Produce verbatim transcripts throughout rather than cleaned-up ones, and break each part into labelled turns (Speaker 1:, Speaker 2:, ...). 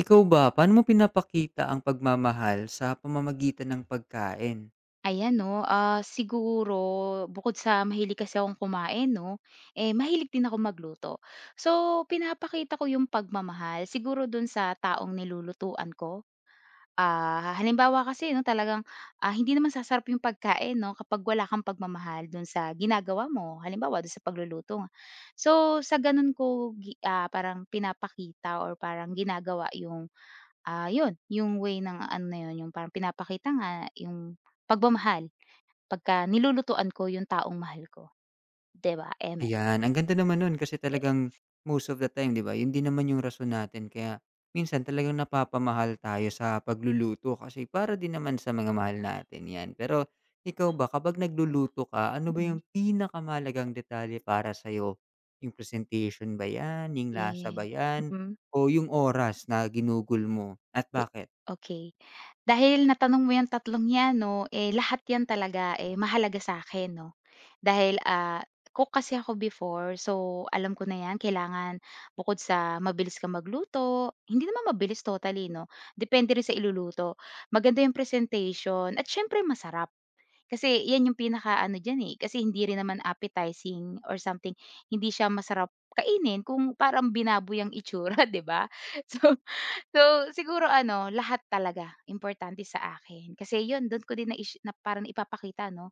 Speaker 1: Ikaw ba, paano mo pinapakita ang pagmamahal sa pamamagitan ng pagkain?
Speaker 2: Ayan 'no, ah, siguro bukod sa mahilig kasi akong kumain 'no, eh, mahilig din ako magluto. So, pinapakita ko yung pagmamahal siguro dun sa taong nilulutuan ko. Ah, halimbawa kasi 'no talagang, ah, hindi naman sasarap yung pagkain 'no kapag wala kang pagmamahal dun sa ginagawa mo, halimbawa dun sa pagluluto nga. So, sa ganun ko gi ah, parang pinapakita or parang ginagawa yung, ah, yun yung way ng ano na yun, yung parang pinapakita nga yung pagmamahal. Pagka nilulutuan ko yung taong mahal ko, 'di ba, eme.
Speaker 1: Ayan, ang ganda naman nun kasi talagang most of the time, 'di ba, yun din naman yung rason natin kaya minsan talagang napapamahal tayo sa pagluluto kasi para din naman sa mga mahal natin 'yan. Pero ikaw ba, kapag nagluluto ka, ano ba
Speaker 2: Mm.
Speaker 1: yung pinakamalagang detalye para sa'yo? Yung presentation ba 'yan, yung lasa
Speaker 2: Yeah,
Speaker 1: ba 'yan,
Speaker 2: mm.
Speaker 1: o yung oras na ginugol mo at
Speaker 2: Hi,
Speaker 1: bakit?
Speaker 2: okey. Dahil natanong mo yang tatlong 'yan 'no, eh, lahat 'yan talaga, eh, mahalaga sa'kin 'no. Dahil, ah, cook kasi ako before so alam ko na 'yan kailangan bukod sa mabilis kang magluto, hindi naman mabilis totally 'no, depende rin sa iluluto. Maganda yung presentation at siyempre masarap. Kasi 'yan yung pinakaano diyan, eh, kasi hindi rin naman appetizing or something, hindi siya masarap kainin kung parang binaboy ang itsura, 'di ba? So so, siguro ano, lahat talaga importante sa akin. Kasi 'yun, do'n ko din naish na parang ipapakita 'no,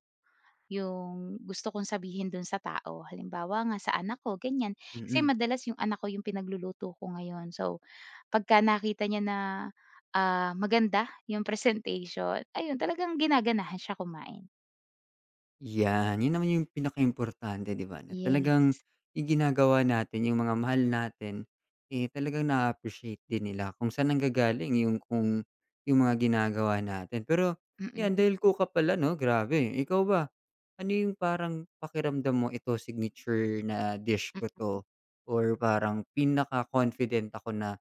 Speaker 2: yung gusto kong sabihin do'n sa tao. Halimbawa nga sa anak ko, ganiyan. Kasi
Speaker 1: Mm.
Speaker 2: madalas yung anak ko yung pinagluluto ko ngayon. So, pagka nakita niya na, ah, maganda yung presentation, ayun, talagang ginaganahan siya kumain.
Speaker 1: Yan, yun naman yung pinaka importante 'di ba, na
Speaker 2: Yes.
Speaker 1: talagang iginagawa natin yung mga mahal natin, eh, talagang na appreciate din nila kung saan nanggagaling yung kung yung mga ginagawa natin. Pero
Speaker 2: Mm,
Speaker 1: yan, dahil kuka pala 'no, grabe. Ikaw ba, ano yung parang pakiramdam mo, "Ito signature na dish
Speaker 2: hmm,
Speaker 1: ko 'to," or parang, "Pinaka-confident ako na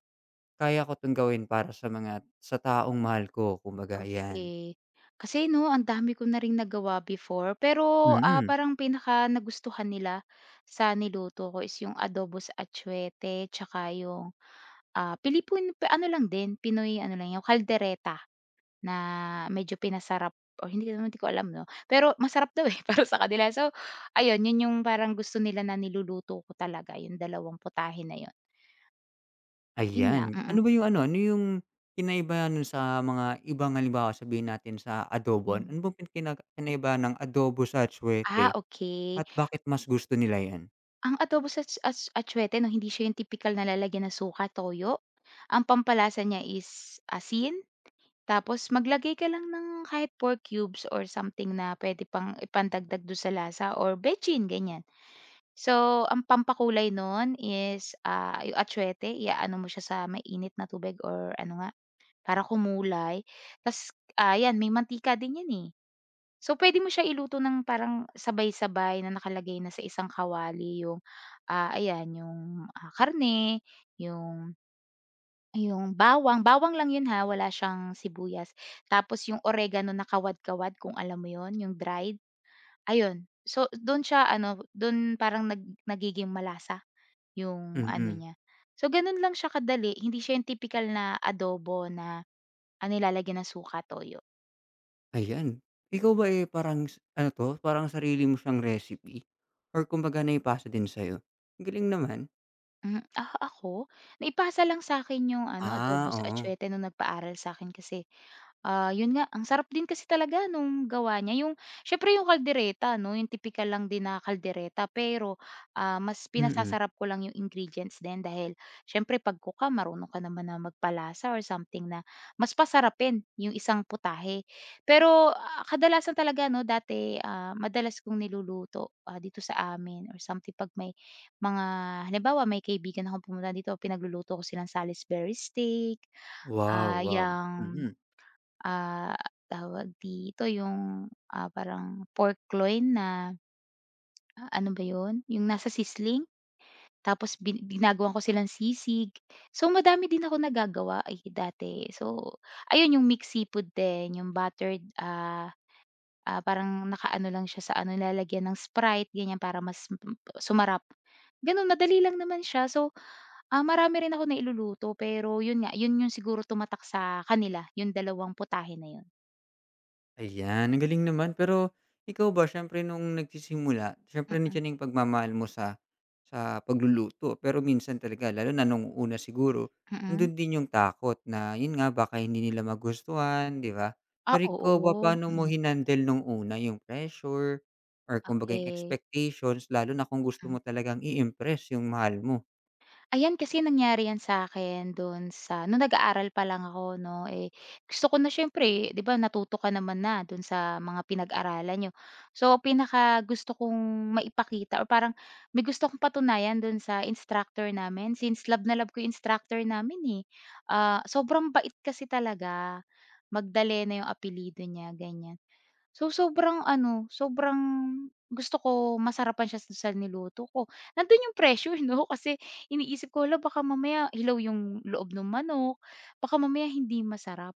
Speaker 1: kaya ko 'tong gawin para sa mga sa taong mahal ko," kumbaga, yan?
Speaker 2: okey. Kasi 'no, ang dami ko na ring nagawa before pero, ah,
Speaker 1: Mm.
Speaker 2: parang pinaka nagustuhan nila sa niluto ko is yung adobo sa atchwete tsaka yung, ah, Pilipin pe ano lang din, Pinoy ano lang, yung kaldereta na medyo pinasarap o hindi ko naman, 'di ko alam 'no, pero masarap daw, eh, para sa kanila. So ayun, yun yung parang gusto nila na niluluto ko talaga, yung dalawang putahe na yun. Yun lang,
Speaker 1: Ayan.
Speaker 2: mm.
Speaker 1: Ano ba yung ano, ano yung kinaiba nun sa mga ibang halimbawa sabihin natin sa adobo,
Speaker 2: Hmm.
Speaker 1: ano bang pin- kina kinaiba ng adobo sa
Speaker 2: Ah,
Speaker 1: atsuete
Speaker 2: okey.
Speaker 1: at bakit mas gusto nila 'yan?
Speaker 2: Ang adobo sa ats ats atsuete 'no, hindi siya yung tipikal na lalagyan ng suka, toyo. Ang pampalasa niya is asin, tapos maglagay ka lang ng kahit pork cubes or something na pwede pang ipandagdag do sa lasa or bechin, ganyan. So, ang pampakulay nun is, ah, yung atsuete iaano mo siya sa mainit na tubig or ano nga, para kumulay. Tas, ah, may mantika din 'yan, eh. So, puwede mo siya iluto ng parang sabay-sabay na nakalagay na sa isang kawali yung, ah, ayan yung, ah, karne, yung yung bawang, bawang lang yun, ha, wala siyang sibuyas. Tapos yung oregano na kawad-kawad kung alam mo yun, yung dried, ayun. So, dun siya ano, dun parang nag nagiging malasa yung ano
Speaker 1: Mm,
Speaker 2: niya. So, ganun lang siya kadali, hindi siya yung tipikal na adobo na, ah, nilalagyan ng suka, toyo.
Speaker 1: ayan. Ikaw ba, eh, parang s ano 'to, parang sarili mo siyang recipe or kumbaga naipasa din sa'yo? Ang galing naman.
Speaker 2: Hmm, ah, ako? Naipasa lang sa'kin yung ano, adobo
Speaker 1: Ah,
Speaker 2: sa
Speaker 1: oo.
Speaker 2: atchwete nung nagpaaral sa'kin kasi, ah, yun nga, ang sarap din kasi talaga nung gawa niya. Yung siyempre yung kaldereta 'no, yung tipikal lang din na kaldereta pero, ah, mas
Speaker 1: Mm.
Speaker 2: pinasasarap ko lang yung ingredients din dahil siyempre 'pag cook ka marunong ka naman na magpalasa or something na mas pasarapin yung isang putahe. Pero, ah, kadalasan talaga 'no, dati, ah, madalas kong niluluto, ah, dito sa amin or something 'pag may mga halimbawa may kaibigan akong pumunta dito pinagluluto ko silang Salisbury steak,
Speaker 1: Wow,
Speaker 2: ah,
Speaker 1: wow.
Speaker 2: yang,
Speaker 1: Mm.
Speaker 2: ah, tawag dito yung, ah, parang pork loin na ah, ano ba yun, yung nasa sizzling tapos bin ginagawan ko silang sisig. So madami din ako nagagawa, eh, dati. So ayun yung mixed seafood din, yung buttered, ah, ah, parang nakaano lang siya sa ano nilalagyan ng Sprite ganyan para mas mm, sumarap. Ganun madali lang naman siya so ah, marami rin ako nailuluto pero yun nga, yun yung siguro tumatak sa kanila, yung dalawang putahe na yun.
Speaker 1: Ayan, ang galing naman. Pero ikaw ba siyempre nung nagsisimula, siyempre
Speaker 2: Mm,
Speaker 1: nandiyan na yung pagmamahal mo sa sa pagluluto. Pero minsan talaga lalo na nung una siguro,
Speaker 2: mm.
Speaker 1: nandun din yung takot na yun nga baka hindi nila magustuhan, 'di ba?
Speaker 2: Ah,
Speaker 1: Pero ikaw ba
Speaker 2: oo,
Speaker 1: paano mo
Speaker 2: mm,
Speaker 1: hinandel nung una yung pressure or kumbaga yung
Speaker 2: okey.
Speaker 1: expectations lalo na kung gusto
Speaker 2: Hmm.
Speaker 1: mo talagang i-impress yung mahal mo?
Speaker 2: Ayan, kasi nangyari 'yan sa akin do'n sa nung nag-aaral pa lang ako 'no, eh, gusto ko na siyempre eh, 'di ba natuto ka naman na do'n sa mga pinag-aralan niyo. So, pinaka pinakagusto kong maipakita or parang may gusto akong patunayan do'n sa instructor namin since love na love ko 'yung instructor namin, eh. Ah, sobrang bait kasi talaga, Magdalena 'yung apelyido niya, ganyan. So, sobrang ano, sobrang gusto ko masarapan siya sa niluto ko. Nandun yung pressure 'no, kasi iniisip ko, hala baka mamaya hilaw yung loob ng manok, baka mamaya hindi masarap.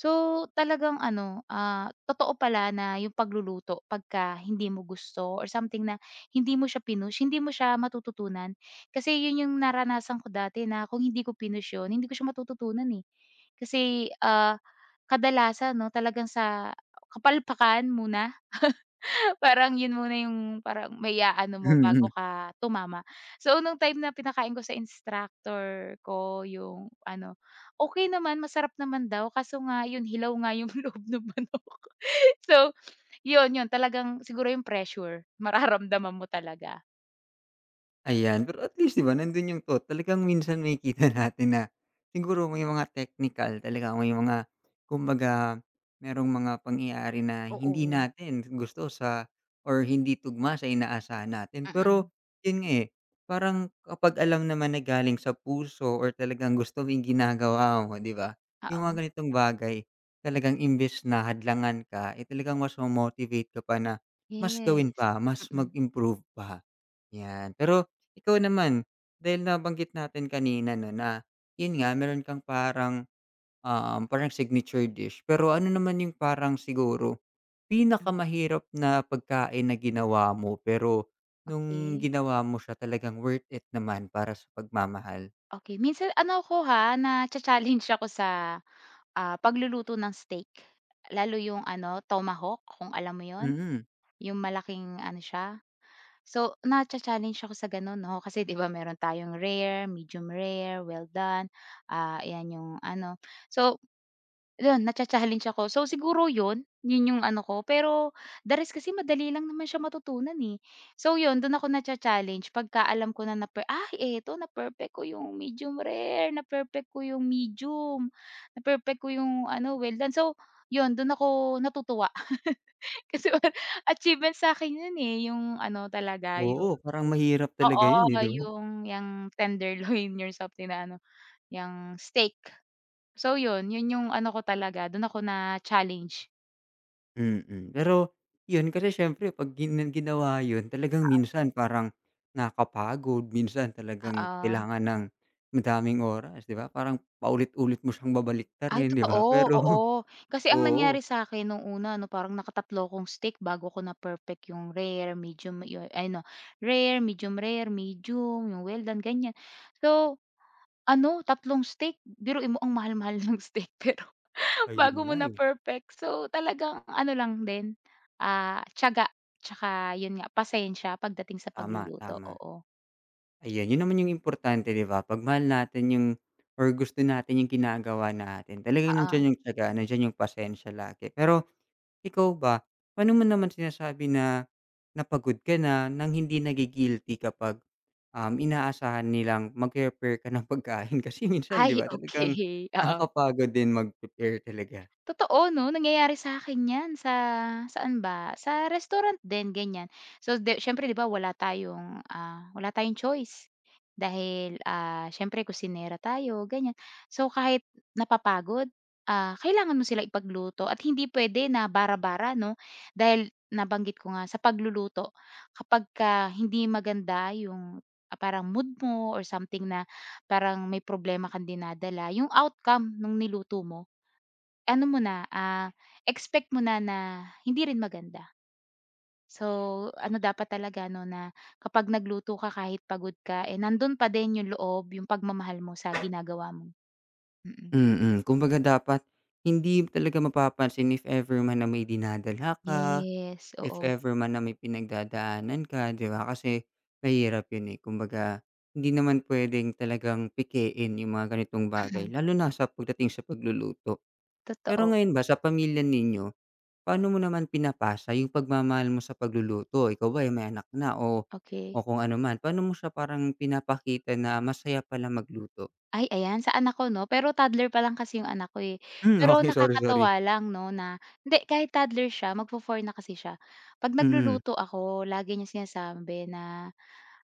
Speaker 2: So, talagang ano, ah, totoo pala na yung pagluluto pagka hindi mo gusto or something na hindi mo siya pinush, hindi mo siya matututunan. Kasi yun yung naranasan ko dati na kung hindi ko pinush yun, hindi ko siya matututunan, eh. Kasi, ah, kadalasan 'no, talagang sa kapalpakan muna. Parang yun muna yung parang maiaano mo bago ka tumama. So, nung time na pinakain ko sa instructor ko yung ano, okey naman, masarap naman daw kaso nga yun hilaw nga yung loob ng manok. So, yun, yun talagang siguro yung pressure mararamdaman mo talaga.
Speaker 1: Ayan, pero at least 'di ba nandun yung thought talagang minsan makikita natin na siguro may mga technical talaga, may mga kumbaga merong mga pangyayari na hindi
Speaker 2: Oo,
Speaker 1: natin gusto sa or hindi tugma sa inaasahan natin.
Speaker 2: mm.
Speaker 1: Pero yun nga, eh, parang kapag alam naman na galing sa puso or talagang gusto mo yung ginagawa mo 'di ba, yung
Speaker 2: Oo,
Speaker 1: mga ganitong bagay talagang imbes na hadlangan ka, eh, talagang mas motivate ka pa na mas gawin
Speaker 2: yes.
Speaker 1: pa, mas
Speaker 2: Mm,
Speaker 1: mag-improve pa, 'yan. Pero ikaw naman, dahil nabanggit natin kanina 'no na, yun nga meron kang parang, um, parang signature dish, pero ano naman yung parang siguro
Speaker 2: hmm,
Speaker 1: pinakamahirap na pagkain na ginawa mo, pero nung
Speaker 2: okey.
Speaker 1: ginawa mo siya talagang worth it naman para sa pagmamahal?
Speaker 2: Okey, minsan ano ako ha, nacha-challenge ako sa, ah, pagluluto ng steak. Lalo yung ano, tomahawk kung alam mo yun?
Speaker 1: Mm,
Speaker 2: Yung malaking ano siya, so nacha-challenge ako sa gano'n 'no, kasi 'di ba meron tayong rare, medium rare, well done, ah, ayan yung ano. So yun, nacha-challenge ako. So siguro yun, yun yung ano ko, pero the rest kasi madali lang naman siya matutunan, eh. So yun, dun ako na challenge pagka alam ko na na per "Ay eto na-perfect ko yung medium rare, na-perfect ko yung medium, na-perfect ko yung ano, well done." So yun, dun ako natutuwa. Kasi parang achievement sa'kin 'yun, eh, yung ano talaga
Speaker 1: oo
Speaker 2: yung
Speaker 1: parang mahirap talaga
Speaker 2: oo,
Speaker 1: yun, eh, 'di ba?
Speaker 2: yung yung tenderloin yung something na ano, yung steak. So 'yun, 'yun yung ano ko talaga, do'n ako na-challenge.
Speaker 1: Mm, pero yun kasi siyempre 'pag gina ginawa yun talagang minsan parang nakakapagod, minsan talagang kailangan
Speaker 2: Oo.
Speaker 1: ng madaming oras, 'di ba? Parang paulit-ulit mo siyang
Speaker 2: Ay
Speaker 1: babaliktarin, 'di ba?
Speaker 2: totoo,
Speaker 1: Pero
Speaker 2: oo. Kasi ang
Speaker 1: oo,
Speaker 2: nangyari sa'kin nung una ano parang naka-tatlo akong steak bago ko na-perfect yung rare, medium yu ano, rare, medium rare, medium, yung well done, ganyan. So ano, tatlong steak, biruin mo ang mahal-mahal ng steak pero
Speaker 1: ayun
Speaker 2: bago mo
Speaker 1: nga,
Speaker 2: na
Speaker 1: eh.
Speaker 2: perfect. So, talagang ano lang din, ah, tiyaga tsaka yun nga pasensya pagdating sa
Speaker 1: Tama,
Speaker 2: pagluluto,
Speaker 1: tama.
Speaker 2: oo.
Speaker 1: Ayan, yun naman yung importante, 'di ba? 'Pag mahal natin yung or gusto natin yung ginagawa natin, talagang
Speaker 2: Oo.
Speaker 1: nandiyan yung tiyaga, nandiyan yung pasensya lagi. Pero ikaw ba, paano mo naman sinasabi na napagod ka na nang hindi nagi kapag, um, inaasahan nilang mag-prepare ka ng pagkain? Kasi minsan
Speaker 2: Ay,
Speaker 1: 'di ba talagang
Speaker 2: okey, oo.
Speaker 1: nakakapagod din mag-prepare talaga.
Speaker 2: Totoo 'no, nangyayari sa'kin 'yan sa saan ba, sa restaurant din ganyan. So, di siyempre 'di ba wala tayong, ah, wala tayong choice dahil, ah, siyempre kusinera tayo ganyan. So, kahit napapagod, ah, kailangan mo sila ipagluto at hindi puwede na bara-bara 'no, dahil nabanggit ko nga sa pagluluto kapagka hindi maganda yung, ah, parang mood mo or something na parang may problema kang dinadala, yung outcome nung niluto mo ano mo na, ah, expect mo na na hindi rin maganda. So, ano dapat talaga 'no, na kapag nagluto ka kahit pagod ka, eh, nandun pa din yung loob, yung pagmamahal mo sa ginagawa mo. Mm.
Speaker 1: Mm, kumbaga dapat hindi talaga mapapansin if ever man na may dinadala ka,
Speaker 2: Yes,
Speaker 1: if
Speaker 2: oo.
Speaker 1: ever man na may pinagdadaanan ka, 'di ba? Kasi mahirap 'yun, eh. Kumbaga hindi naman puwedeng talagang pikein yung mga ganitong bagay
Speaker 2: Mm,
Speaker 1: lalo na sa pagdating sa pagluluto. Pero
Speaker 2: totoo.
Speaker 1: ngayon ba sa pamilya ninyo, paano mo naman pinapasa yung pagmamahal mo sa pagluluto? Ikaw ba, eh, may anak na o o
Speaker 2: Okay.
Speaker 1: kung ano man, paano mo siya parang pinapakita na masaya pala magluto?
Speaker 2: Ay ayan, sa anak ko 'no, pero toddler pa lang kasi yung anak ko, eh.
Speaker 1: Hmm,
Speaker 2: Pero
Speaker 1: okay sorry, sorry.
Speaker 2: nakakatuwa lang 'no, na hindi kahit toddler siya, magfo-four na kasi siya. 'Pag
Speaker 1: Mm,
Speaker 2: nagluluto ako lagi niya sinasabi na,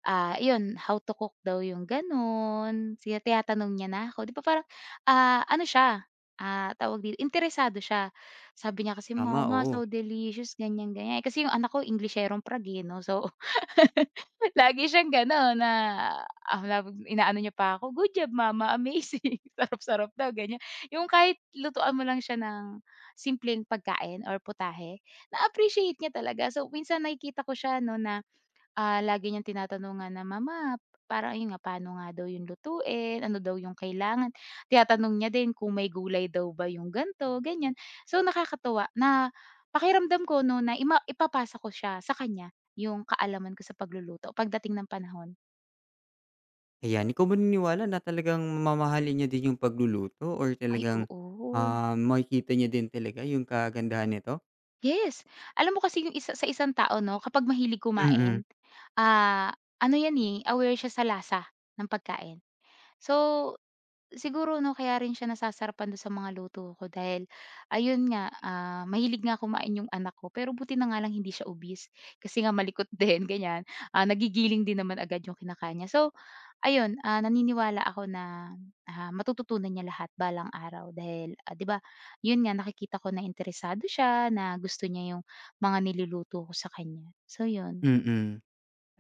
Speaker 2: ah, iyon how to cook daw yung gano'n, sina tinatanong niya na ako. 'Di ba parang, ah, ano siya, ah, tawag dito, interesado siya. Sabi niya kasi,
Speaker 1: tama,
Speaker 2: "Mama,
Speaker 1: oo.
Speaker 2: so delicious," ganyan, ganyan. Kasi yung anak ko Englisherong Prague, eh, 'no, so lagi siyang gano'n na, ah, laging inaano niya pa ako, "Good job mama, amazing, sarap-sarap daw," ganyan. Yung kahit lutuan mo lang siya ng simpleng pagkain or putahe, na-appreciate niya talaga. So, minsan nakikita ko siya 'no na ah, lagi niyang tinatanungan na, "Mama, parang ayun nga, paano nga daw 'yung lutuin, ano daw 'yung kailangan?" Tinatanong niya din kung may gulay daw ba 'yung ganito, ganiyan. So, nakakatuwa na pakiramdam ko 'no na ima ipapasa ko siya sa kanya 'yung kaalaman ko sa pagluluto pagdating ng panahon.
Speaker 1: Ayan, ikaw ba naniniwala na talagang mamahalin niya din yung pagluluto or
Speaker 2: Ay,
Speaker 1: talagang,
Speaker 2: oo.
Speaker 1: ah, makikita niya din talaga yung kagandahan nito?
Speaker 2: Yes. Alam mo kasi 'yung isa sa isang tao 'no kapag mahilig
Speaker 1: Mm,
Speaker 2: kumain, ah, ano 'yan, eh, aware siya sa lasa ng pagkain. So siguro 'no, kaya rin siya nasasarapan dun sa mga luto ko dahil ayun nga, ah, mahilig nga kumain yung anak ko pero buti na nga lang hindi siya obese kasi nga malikot din ganyan, ah, nagigiling din naman agad yung kinakain niya. So ayun, ah, naniniwala ako na, ah, matututunan niya lahat balang araw dahil, ah, 'di ba yun nga nakikita ko na interesado siya, na gusto niya yung mga niluluto ko sa kanya. So yun,
Speaker 1: mm.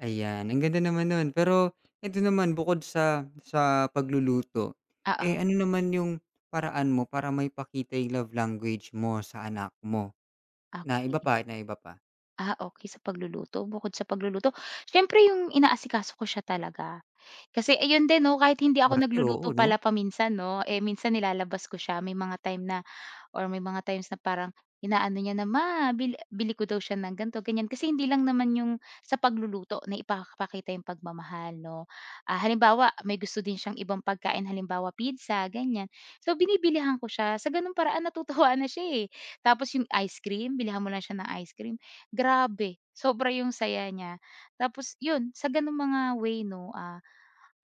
Speaker 1: Ayan, ang ganda naman nun. Pero ito naman bukod sa sa pagluluto, eh,
Speaker 2: oo,
Speaker 1: ano naman yung paraan mo para maipakita yung love language mo sa anak mo? Na iba
Speaker 2: okey.
Speaker 1: pa, na iba pa?
Speaker 2: Ah, okay sa pagluluto, bukod sa pagluluto, siyempre yung inaasikaso ko siya talaga. Kasi ayun din 'no, kahit hindi ako
Speaker 1: Parte,
Speaker 2: nagluluto
Speaker 1: oo 'no?
Speaker 2: pala paminsan 'no, eh, minsan nilalabas ko siya. May mga time na or may mga times na parang inaano niya na, "Ma, bili bili ko daw siya ng ganito, ganyan." Kasi hindi lang naman yung sa pagluluto na ipapakita yung pagmamahal 'no. Ah, halimbawa, may gusto din siyang ibang pagkain, halimbawa pizza, ganyan. So, binibilihan ko siya. Sa gano'ng paraan natutuwa na siya, eh. Tapos yung ice cream, bilhan mo lang siya ng ice cream. Grabe, sobra yung saya niya. Tapos yun, sa gano'ng mga way 'no, ah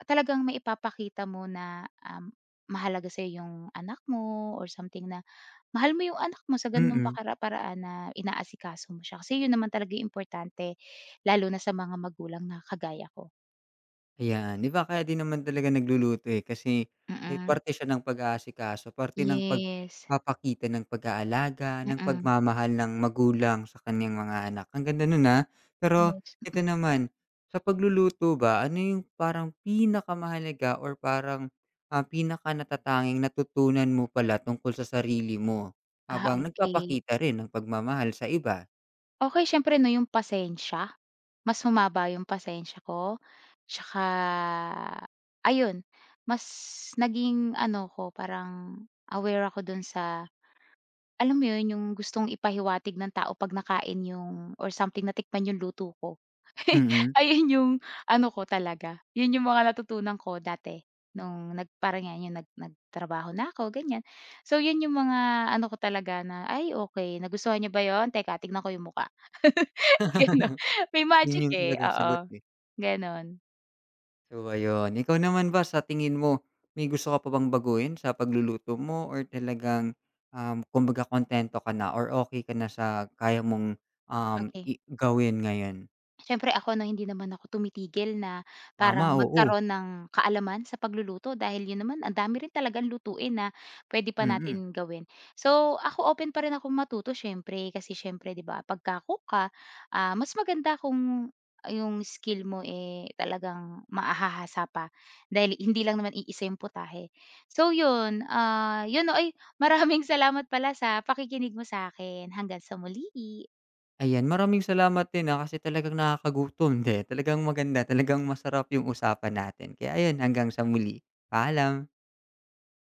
Speaker 2: talagang maipapakita mo na, um, mahalaga sa'yo yung anak mo or something na mahal mo yung anak mo sa gano'ng
Speaker 1: Mm.
Speaker 2: pakara paraan na inaasikaso mo siya. Kasi 'yun naman talaga yung importante lalo na sa mga magulang na kagaya ko.
Speaker 1: Ayan, 'di ba kaya din naman talaga nagluluto, eh, kasi, eh,
Speaker 2: Mm.
Speaker 1: parte siya ng pag-aasikaso, parte ng
Speaker 2: Yes.
Speaker 1: pagpapakita ng pag-aalaga, ng
Speaker 2: Mm.
Speaker 1: pagmamahal ng magulang sa kaniyang mga anak. Ang ganda no'n, ah. Pero
Speaker 2: Yes.
Speaker 1: ito
Speaker 2: Mm.
Speaker 1: naman, sa pagluluto ba, ano yung parang pinakamahalaga or parang, ah, pinakanatatanging natutunan mo pala tungkol sa sarili mo
Speaker 2: Ah,
Speaker 1: habang
Speaker 2: okay
Speaker 1: nagpapakita rin ng pagmamahal sa iba?
Speaker 2: Okay. Siyempre 'no, yung pasensya. Mas humaba yung pasensya ko, tsaka ayun, mas naging ano ko, parang aware ako dun sa alam mo 'yun, yung gustong ipahiwatig ng tao 'pag nakain yung or something natikman yung luto ko.
Speaker 1: Mm,
Speaker 2: Ayun yung ano ko talaga, 'yun yung mga natutunan ko dati nung nag parang nga yung nag nagtrabaho na ako, ganiyan. So 'yun yung mga ano ko talaga na, "Ay okey, nagustuhan niyo ba 'yun? Teka tignan ko yung mukha." Gano'n, may
Speaker 1: 'yun
Speaker 2: magic,
Speaker 1: yung
Speaker 2: eh,
Speaker 1: talagang sagot,
Speaker 2: oo,
Speaker 1: eh.
Speaker 2: gano'n.
Speaker 1: So ayun, ikaw naman ba sa tingin mo, may gusto ka pa bang baguhin sa pagluluto mo or talagang, um, kumbaga kontento ka na or okay ka na sa kaya mong, um,
Speaker 2: Okay.
Speaker 1: i gawin ngayon?
Speaker 2: Siyempre ako 'no, hindi naman ako tumitigil na
Speaker 1: Tama,
Speaker 2: parang
Speaker 1: oo,
Speaker 2: magkaroon ng kaalaman sa pagluluto dahil yun naman ang dami rin talagang lutuin na puwede pa
Speaker 1: mm.
Speaker 2: natin gawin. So, ako open pa rin akong matuto siyempre, kasi siyempre 'di ba pagka-cook ka, ah, mas maganda kung ah, yung skill mo, eh, talagang mahahasa pa dahil hindi lang naman iisa yung putahe. So yun, ah, yun 'no, ay maraming salamat pala sa pakikinig mo sa akin. Hanggang sa muli.
Speaker 1: Ayan, maraming salamat din, ah, kasi talagang nakakagutom din. Talagang maganda, talagang masarap yung usapan natin. Kaya ayun, hanggang sa muli, paalam.